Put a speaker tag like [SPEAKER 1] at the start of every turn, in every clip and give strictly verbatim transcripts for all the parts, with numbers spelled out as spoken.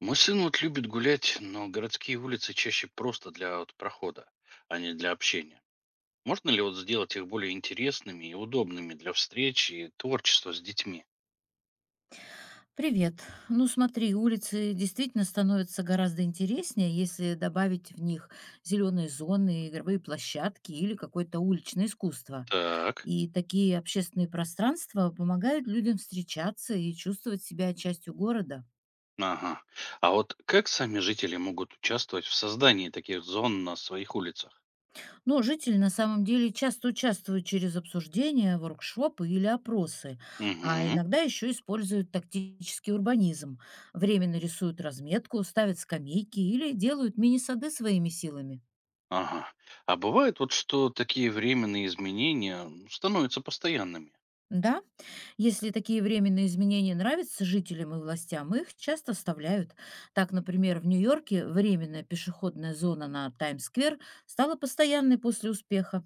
[SPEAKER 1] Мой сын вот любит гулять, но городские улицы чаще просто для вот прохода, а не для общения. Можно ли вот сделать их более интересными и удобными для встреч и творчества с детьми?
[SPEAKER 2] Привет. Ну смотри, улицы действительно становятся гораздо интереснее, если добавить в них зеленые зоны, игровые площадки или какое-то уличное искусство.
[SPEAKER 1] Так,
[SPEAKER 2] И такие общественные пространства помогают людям встречаться и чувствовать себя частью города.
[SPEAKER 1] ага. А вот как сами жители могут участвовать в создании таких зон на своих улицах?
[SPEAKER 2] Но жители на самом деле часто участвуют через обсуждения, воркшопы или опросы, а
[SPEAKER 1] Угу,
[SPEAKER 2] иногда еще используют тактический урбанизм. Временно рисуют разметку, ставят скамейки или делают мини-сады своими силами.
[SPEAKER 1] ага. А бывает вот, что такие временные изменения м, становятся постоянными?
[SPEAKER 2] Да, если такие временные изменения нравятся жителям и властям, их часто вставляют. Так, например, в Нью-Йорке временная пешеходная зона на Таймс-сквер стала постоянной после успеха.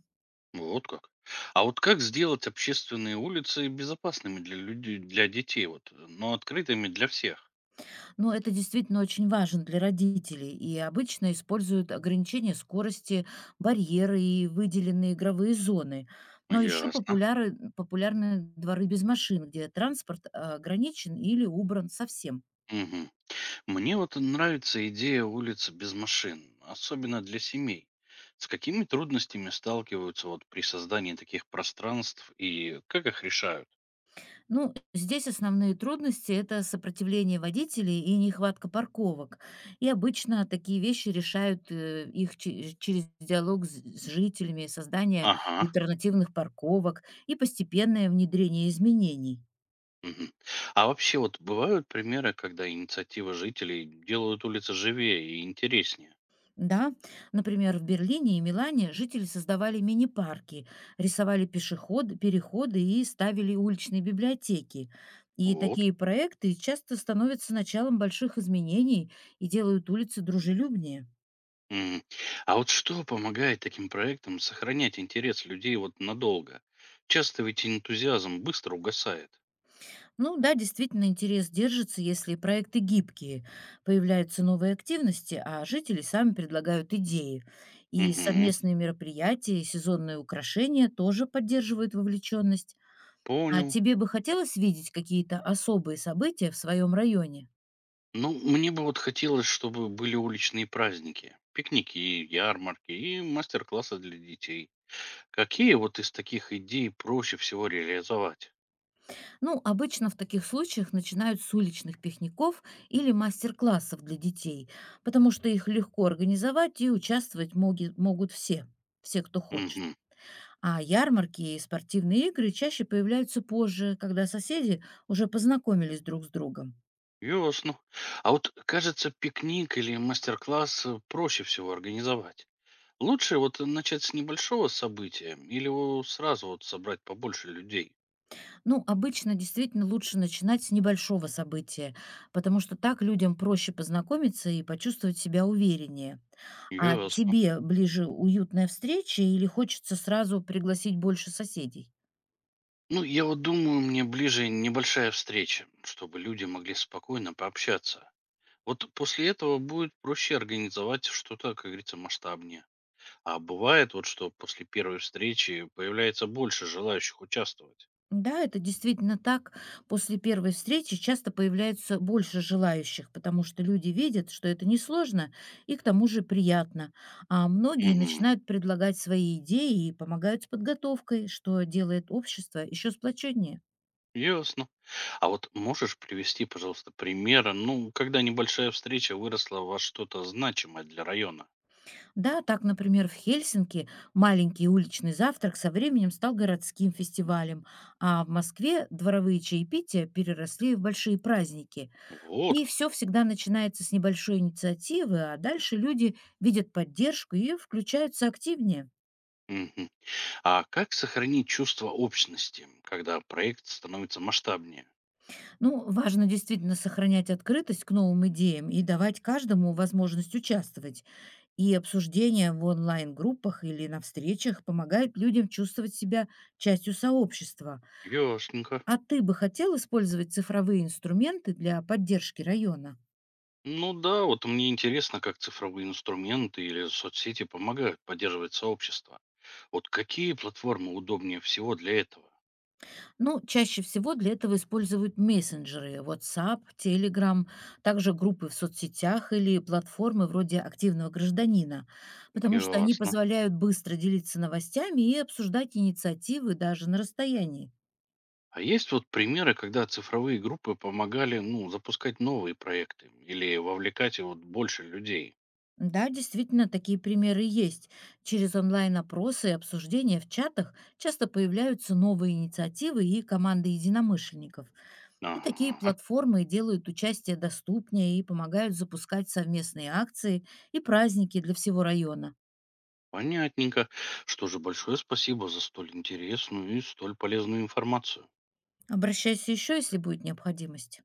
[SPEAKER 1] Вот как. А вот как сделать общественные улицы безопасными для людей, для детей, вот, но открытыми для всех?
[SPEAKER 2] Но это действительно очень важно для родителей, и обычно используют ограничения скорости, барьеры и выделенные игровые зоны. Но еще
[SPEAKER 1] Ясно.
[SPEAKER 2] популярны дворы без машин, где транспорт э, ограничен или убран совсем.
[SPEAKER 1] Мгм. Мне вот нравится идея улицы без машин, особенно для семей. С какими трудностями сталкиваются вот при создании таких пространств и как их решают?
[SPEAKER 2] Ну, здесь основные трудности– это сопротивление водителей и нехватка парковок. И обычно такие вещи решают э, их че- через диалог с с жителями, создание
[SPEAKER 1] Ага.
[SPEAKER 2] альтернативных парковок и постепенное внедрение изменений.
[SPEAKER 1] Мгм. А вообще вот бывают примеры, когда инициатива жителей делают улицы живее и интереснее?
[SPEAKER 2] Да, например, в Берлине и Милане жители создавали мини-парки, рисовали пешеходы, переходы и ставили уличные библиотеки. И
[SPEAKER 1] Вот.
[SPEAKER 2] такие проекты часто становятся началом больших изменений и делают улицы дружелюбнее.
[SPEAKER 1] Мгм. А вот что помогает таким проектам сохранять интерес людей вот надолго? Часто ведь энтузиазм быстро угасает.
[SPEAKER 2] Ну да, действительно, интерес держится, если проекты гибкие, появляются новые активности, а жители сами предлагают идеи. И
[SPEAKER 1] Угу,
[SPEAKER 2] совместные мероприятия, и сезонные украшения тоже поддерживают вовлеченность. А
[SPEAKER 1] понял.
[SPEAKER 2] тебе бы хотелось видеть какие-то особые события в своем районе?
[SPEAKER 1] Ну, мне бы вот хотелось, чтобы были уличные праздники, пикники, ярмарки и мастер-классы для детей. Какие вот из таких идей проще всего реализовать?
[SPEAKER 2] Ну, обычно в таких случаях начинают с уличных пикников или мастер-классов для детей, потому что их легко организовать и участвовать моги- могут все, все, кто хочет.
[SPEAKER 1] Угу,
[SPEAKER 2] А ярмарки и спортивные игры чаще появляются позже, когда соседи уже познакомились друг с другом.
[SPEAKER 1] ясно. А вот, кажется, пикник или мастер-класс э, проще всего организовать. Лучше вот начать с небольшого события или о- сразу вот собрать побольше людей.
[SPEAKER 2] Ну, обычно действительно лучше начинать с небольшого события, потому что так людям проще познакомиться и почувствовать себя увереннее. А
[SPEAKER 1] Ясно.
[SPEAKER 2] тебе ближе уютная встреча или хочется сразу пригласить больше соседей?
[SPEAKER 1] Ну, я вот думаю, мне ближе небольшая встреча, чтобы люди могли спокойно пообщаться. Вот после этого будет проще организовать что-то, как говорится, масштабнее. А бывает вот, что после первой встречи появляется больше желающих участвовать.
[SPEAKER 2] Да, это действительно так. После первой встречи часто появляется больше желающих, потому что люди видят, что это несложно и к тому же приятно. А многие
[SPEAKER 1] Угу.
[SPEAKER 2] начинают предлагать свои идеи и помогают с подготовкой, что делает общество еще сплоченнее.
[SPEAKER 1] Ясно. А вот можешь привести, пожалуйста, примеры, ну, когда небольшая встреча выросла во что-то значимое для района?
[SPEAKER 2] Да, так, например, в Хельсинки маленький уличный завтрак со временем стал городским фестивалем, а в Москве дворовые чаепития переросли в большие праздники.
[SPEAKER 1] Вот
[SPEAKER 2] И
[SPEAKER 1] как.
[SPEAKER 2] все всегда начинается с небольшой инициативы, а дальше люди видят поддержку и включаются активнее.
[SPEAKER 1] Мгм. А как сохранить чувство общности, когда проект становится масштабнее?
[SPEAKER 2] Ну, важно действительно сохранять открытость к новым идеям и давать каждому возможность участвовать. И обсуждения в онлайн-группах или на встречах помогают людям чувствовать себя частью сообщества.
[SPEAKER 1] Ясненько.
[SPEAKER 2] А ты бы хотел использовать цифровые инструменты для поддержки района?
[SPEAKER 1] Ну да, вот мне интересно, как цифровые инструменты или соцсети помогают поддерживать сообщество. Вот какие платформы удобнее всего для этого?
[SPEAKER 2] Ну, чаще всего для этого используют мессенджеры, вотсап, телеграм, также группы в соцсетях или платформы вроде «Активного гражданина», потому что они
[SPEAKER 1] Ясно.
[SPEAKER 2] позволяют быстро делиться новостями и обсуждать инициативы даже на расстоянии.
[SPEAKER 1] А есть вот примеры, когда цифровые группы помогали, ну, запускать новые проекты или вовлекать вот больше людей?
[SPEAKER 2] Да, действительно, такие примеры есть. Через онлайн-опросы и обсуждения в чатах часто появляются новые инициативы и команды единомышленников. И такие
[SPEAKER 1] Ага,
[SPEAKER 2] платформы делают участие доступнее и помогают запускать совместные акции и праздники для всего района.
[SPEAKER 1] понятненько. Что же, большое спасибо за столь интересную и столь полезную информацию.
[SPEAKER 2] Обращайся еще, если будет необходимость.